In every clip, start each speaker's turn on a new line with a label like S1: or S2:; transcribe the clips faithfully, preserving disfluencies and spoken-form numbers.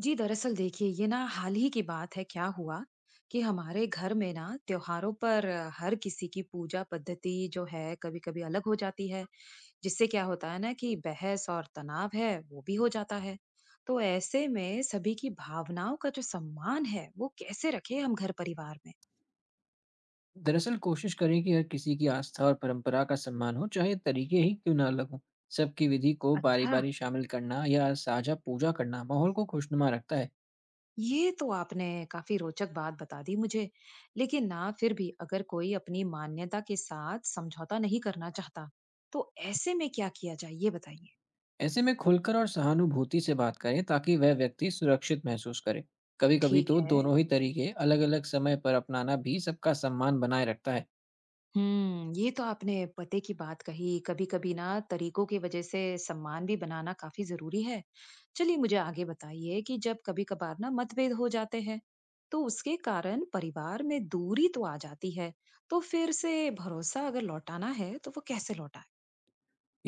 S1: जी दरअसल देखिए, ये ना हाल ही की बात है। क्या हुआ कि हमारे घर में ना त्योहारों पर अ, हर किसी की पूजा पद्धति जो है कभी कभी अलग हो जाती है। जिससे क्या होता है ना कि बहस और तनाव है वो भी हो जाता है। तो ऐसे में सभी की भावनाओं का जो सम्मान है वो कैसे रखे हम घर परिवार में।
S2: दरअसल कोशिश करें कि हर किसी की आस्था और परंपरा का सम्मान हो चाहे तरीके ही क्यों ना लगो। सबकी विधि को बारी
S1: अच्छा।
S2: बारी शामिल करना या साझा पूजा करना माहौल को खुशनुमा रखता है।
S1: ये तो आपने काफी रोचक बात बता दी मुझे। लेकिन ना फिर भी अगर कोई अपनी मान्यता के साथ समझौता नहीं करना चाहता तो ऐसे में क्या किया जाए ये बताइए।
S2: ऐसे में खुलकर और सहानुभूति से बात करें ताकि वह व्यक्ति सुरक्षित महसूस करे। कभी कभी
S1: ठीक
S2: तो
S1: है।
S2: दोनों ही तरीके अलग अलग समय पर अपनाना भी सबका सम्मान बनाए रखता है।
S1: हम्म, ये तो आपने पते की बात कही। कभी कभी ना तरीकों की वजह से सम्मान भी बनाना काफी जरूरी है। चलिए मुझे आगे बताइए कि जब कभी कभार ना मतभेद हो जाते हैं तो उसके कारण परिवार में दूरी तो आ जाती है। तो फिर से भरोसा अगर लौटाना है तो वो कैसे लौटाए।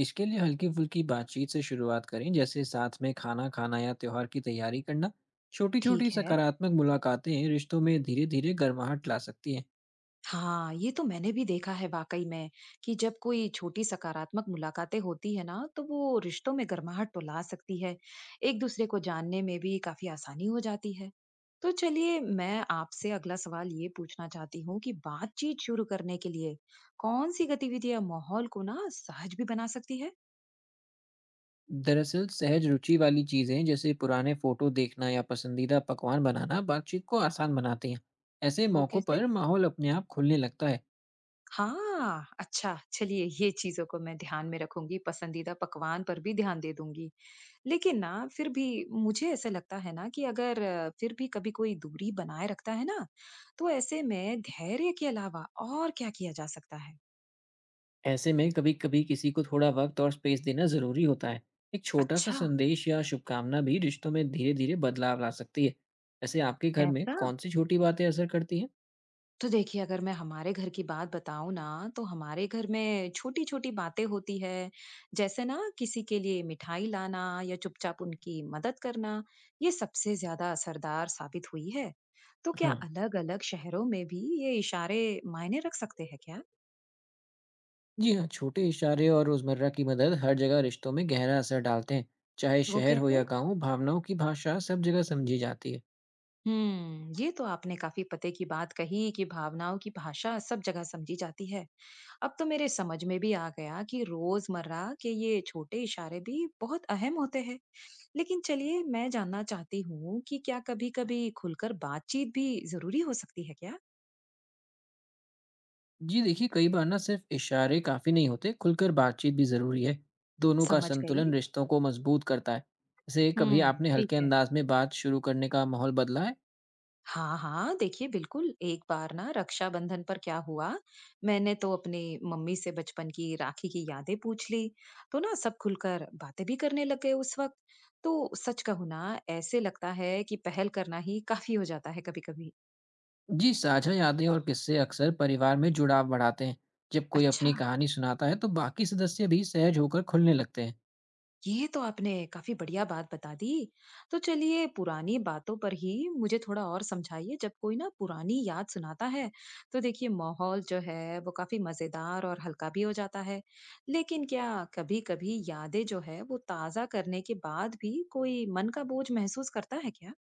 S2: इसके लिए हल्की फुल्की बातचीत से शुरुआत करें, जैसे साथ में खाना खाना या त्योहार की तैयारी करना। छोटी
S1: ठीक
S2: छोटी
S1: है।
S2: सकारात्मक मुलाकातें रिश्तों में धीरे धीरे गर्माहट ला सकती हैं।
S1: हाँ, ये तो मैंने भी देखा है वाकई में कि जब कोई छोटी सकारात्मक मुलाकातें होती है ना तो वो रिश्तों में गर्माहट तो ला सकती है। एक दूसरे को जानने में भी काफी आसानी हो जाती है। तो चलिए, मैं आपसे अगला सवाल ये पूछना चाहती हूँ कि बातचीत शुरू करने के लिए कौन सी गतिविधि या माहौल को ना सहज भी बना सकती है।
S2: दरअसल सहज रुचि वाली चीजें जैसे पुराने फोटो देखना या पसंदीदा पकवान बनाना बातचीत को आसान बनाते हैं। ऐसे
S1: वो
S2: मौकों
S1: कैसे?
S2: पर माहौल अपने आप खुलने लगता है।
S1: हाँ अच्छा, चलिए ये चीजों को मैं ध्यान में रखूंगी, पसंदीदा पकवान पर भी ध्यान दे दूंगी। लेकिन ना, फिर भी मुझे ऐसा लगता है ना कि अगर अ, फिर भी कभी कोई दूरी बनाए रखता है ना तो ऐसे में धैर्य के अलावा और क्या किया जा सकता है।
S2: ऐसे में कभी कभी किसी को थोड़ा वक्त और स्पेस देना जरूरी होता है। एक छोटा सा
S1: अच्छा।
S2: संदेश या शुभकामना भी रिश्तों में धीरे धीरे बदलाव ला सकती है। ऐसे आपके घर में
S1: ऐसा?
S2: कौन सी छोटी बातें असर करती हैं?
S1: तो देखिए, अगर मैं हमारे घर की बात बताऊं ना तो हमारे घर में छोटी छोटी बातें होती है, जैसे ना किसी के लिए मिठाई लाना या चुपचाप उनकी मदद करना। ये सबसे ज्यादा असरदार साबित हुई है। तो क्या
S2: हाँ,
S1: अलग अलग शहरों में भी ये इशारे मायने रख सकते हैं क्या?
S2: जी हाँ, छोटे इशारे और रोजमर्रा की मदद हर जगह रिश्तों में गहरा असर डालते हैं। चाहे
S1: वो
S2: शहर हो या
S1: कैसे?
S2: गांव, भावनाओं की भाषा सब जगह समझी जाती है।
S1: हम्म, ये तो आपने काफी पते की बात कही कि भावनाओं की भाषा सब जगह समझी जाती है। अब तो मेरे समझ में भी आ गया कि रोजमर्रा के ये छोटे इशारे भी बहुत अहम होते हैं। लेकिन चलिए, मैं जानना चाहती हूँ कि क्या कभी कभी खुलकर बातचीत भी जरूरी हो सकती है क्या।
S2: जी देखिए, कई बार ना सिर्फ इशारे काफी नहीं होते, खुलकर बातचीत भी जरूरी है। दोनों का
S1: समझ गई।
S2: संतुलन रिश्तों को मजबूत करता है। जैसे कभी
S1: हम्म,
S2: आपने
S1: ठीक
S2: हल्के
S1: है।
S2: अंदाज में बात शुरू करने का माहौल बदला है?
S1: हाँ, हाँ, देखिए बिल्कुल, एक बार ना रक्षाबंधन पर क्या हुआ, मैंने तो अपने मम्मी से बचपन की राखी की यादें पूछ ली, तो ना सब खुलकर बातें भी करने लग गए उस वक़्त। तो सच कहूँ ना, ऐसे लगता है कि पहल करना ही काफ़ी हो जाता है कभी-कभी।
S2: जी साझा यादें और किस्से अक्सर परिवार में जुड़ाव बढ़ाते हैं। जब कोई
S1: अच्छा।
S2: अपनी कहानी सुनाता है तो बाकी सदस्य भी सहज होकर खुलने लगते हैं।
S1: ये तो आपने काफी बढ़िया बात बता दी। तो चलिए, पुरानी बातों पर ही मुझे थोड़ा और समझाइए। जब कोई ना पुरानी याद सुनाता है, तो देखिए माहौल जो है वो काफी मजेदार और हल्का भी हो जाता है। लेकिन क्या कभी-कभी यादें जो है वो ताजा करने के बाद भी कोई मन का बोझ महसूस करता है क्या?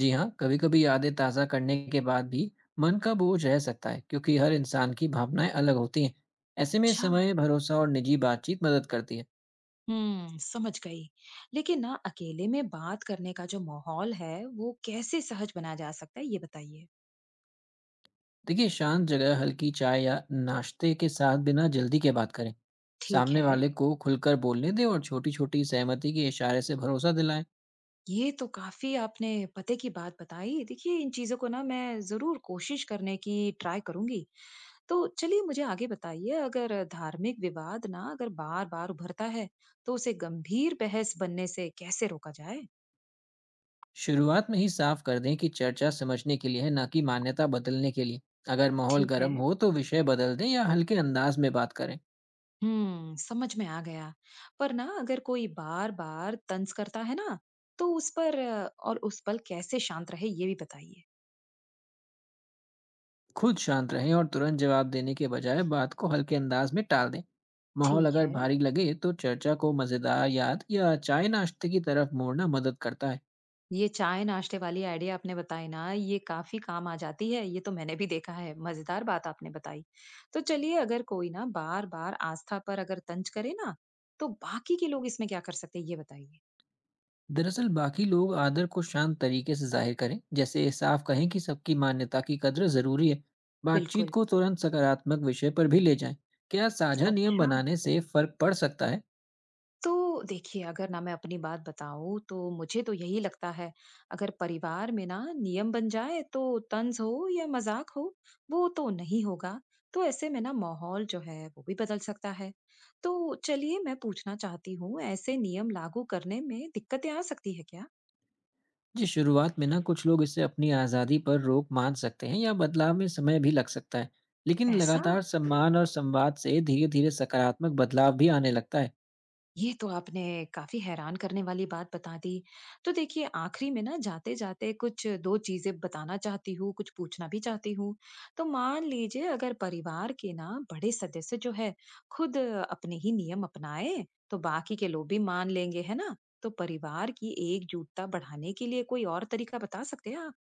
S2: जी हाँ, कभी कभी यादें ताज़ा करने के बाद भी मन का बोझ रह सकता है, क्योंकि हर इंसान की भावनाएं अलग होती हैं। ऐसे में
S1: अच्छा।
S2: समय, भरोसा और निजी बातचीत मदद करती है।
S1: हम्म, समझ गई। लेकिन ना अकेले में बात करने का जो माहौल है, वो कैसे सहज बनाया जा सकता है, ये बताइए।
S2: देखिए शांत जगह, हल्की चाय या नाश्ते के साथ बिना जल्दी के बात करें।
S1: ठीक
S2: सामने
S1: है।
S2: वाले को खुलकर बोलने दें और छोटी छोटी सहमति के इशारे से भरोसा दिलाएं।
S1: ये तो काफ़ी आपने पते की बात बताई। देखिए, इन चीज़ों को ना मैं ज़रूर कोशिश करने की ट्राई करूँगी। तो चलिए मुझे आगे बताइए, अगर धार्मिक विवाद ना अगर बार-बार उभरता है, तो उसे गंभीर बहस बनने से कैसे रोका जाए?
S2: शुरुआत में ही साफ कर दें कि चर्चा समझने के लिए है, ना कि मान्यता बदलने के लिए। अगर माहौल
S1: ठीक है।
S2: गर्म हो तो विषय बदल दें या हल्के अंदाज में बात करें।
S1: हुँ, समझ में आ गया। पर ना अगर कोई बार-बार तंज़ करता है ना, तो उस पर अ, और उस पल कैसे शांत रहे ये भी बताइए।
S2: खुद शांत रहें और तुरंत जवाब देने के बजाय बात को हल्के अंदाज में टाल दें। माहौल
S1: ठीक
S2: अगर
S1: है।
S2: भारी लगे तो चर्चा को मज़ेदार याद या चाय नाश्ते की तरफ मोड़ना मदद करता है।
S1: ये चाय नाश्ते वाली आइडिया आपने बताई ना, ये काफी काम आ जाती है, ये तो मैंने भी देखा है। मजेदार बात आपने बताई। तो चलिए, अगर कोई ना बार बार आस्था पर अगर तंज करे ना तो बाकी के लोग इसमें क्या कर सकते हैं ये बताइए।
S2: दरअसल बाकी लोग आदर को शांत तरीके से जाहिर करें, जैसे साफ कहें कि सबकी मान्यता की कद्र जरूरी है। बातचीत
S1: बिल्कुल।
S2: को तुरंत सकारात्मक विषय पर भी ले जाएं। क्या साझा नियम
S1: अच्छा।
S2: बनाने से फर्क पड़ सकता है?
S1: तो देखिए, अगर ना मैं अपनी बात बताऊँ तो मुझे तो यही लगता है, अगर परिवार में ना नियम बन जाए तो तंज़ हो या मज़ाक हो, वो तो नहीं होगा। तो ऐसे में ना माहौल जो है वो भी बदल सकता है। तो चलिए मैं पूछना चाहती हूँ, ऐसे नियम लागू करने में दिक्कतें आ सकती है क्या?
S2: जी शुरुआत में ना कुछ लोग इससे अपनी आज़ादी पर रोक मान सकते हैं या बदलाव में समय भी लग सकता है, लेकिन
S1: ऐसा?
S2: लगातार सम्मान और संवाद से धीरे धीरे सकारात्मक बदलाव भी आने लगता है।
S1: ये तो आपने काफी हैरान करने वाली बात बता दी। तो देखिए, आखिरी में ना जाते-जाते कुछ दो चीज़ें बताना चाहती हूँ, कुछ पूछना भी चाहती हूँ। तो मान लीजिए, अगर परिवार के ना बड़े सदस्य जो है खुद अपने ही नियम अपनाएँ, तो बाकी के लोग भी मान लेंगे, है ना? तो परिवार की एकजुटता बढ़ाने के लिए कोई और तरीका बता सकते हैं आप?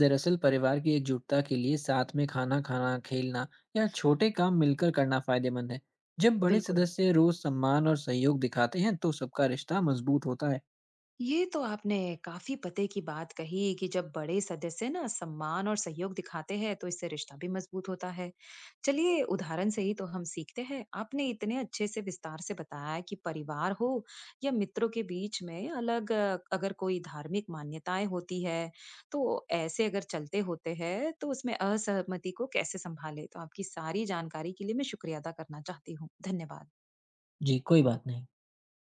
S2: दरअसल परिवार की एकजुटता के लिए साथ में खाना खाना, खेलना या छोटे काम मिलकर करना फायदेमंद है। जब बड़े
S1: बिल्कुल।
S2: सदस्य रोज सम्मान और सहयोग दिखाते हैं तो सबका रिश्ता मजबूत होता है।
S1: ये तो आपने काफी पते की बात कही कि जब बड़े सदस्य ना सम्मान और सहयोग दिखाते हैं तो इससे रिश्ता भी मजबूत होता है। चलिए, उदाहरण से ही तो हम सीखते हैं। आपने इतने अच्छे से विस्तार से बताया कि परिवार हो या मित्रों के बीच में अलग अ, अगर कोई धार्मिक मान्यताएं होती है तो ऐसे अगर चलते होते हैं तो उसमें असहमति को कैसे संभाले। तो आपकी सारी जानकारी के लिए मैं शुक्रिया अदा करना चाहती हूँ। धन्यवाद।
S2: जी कोई बात नहीं।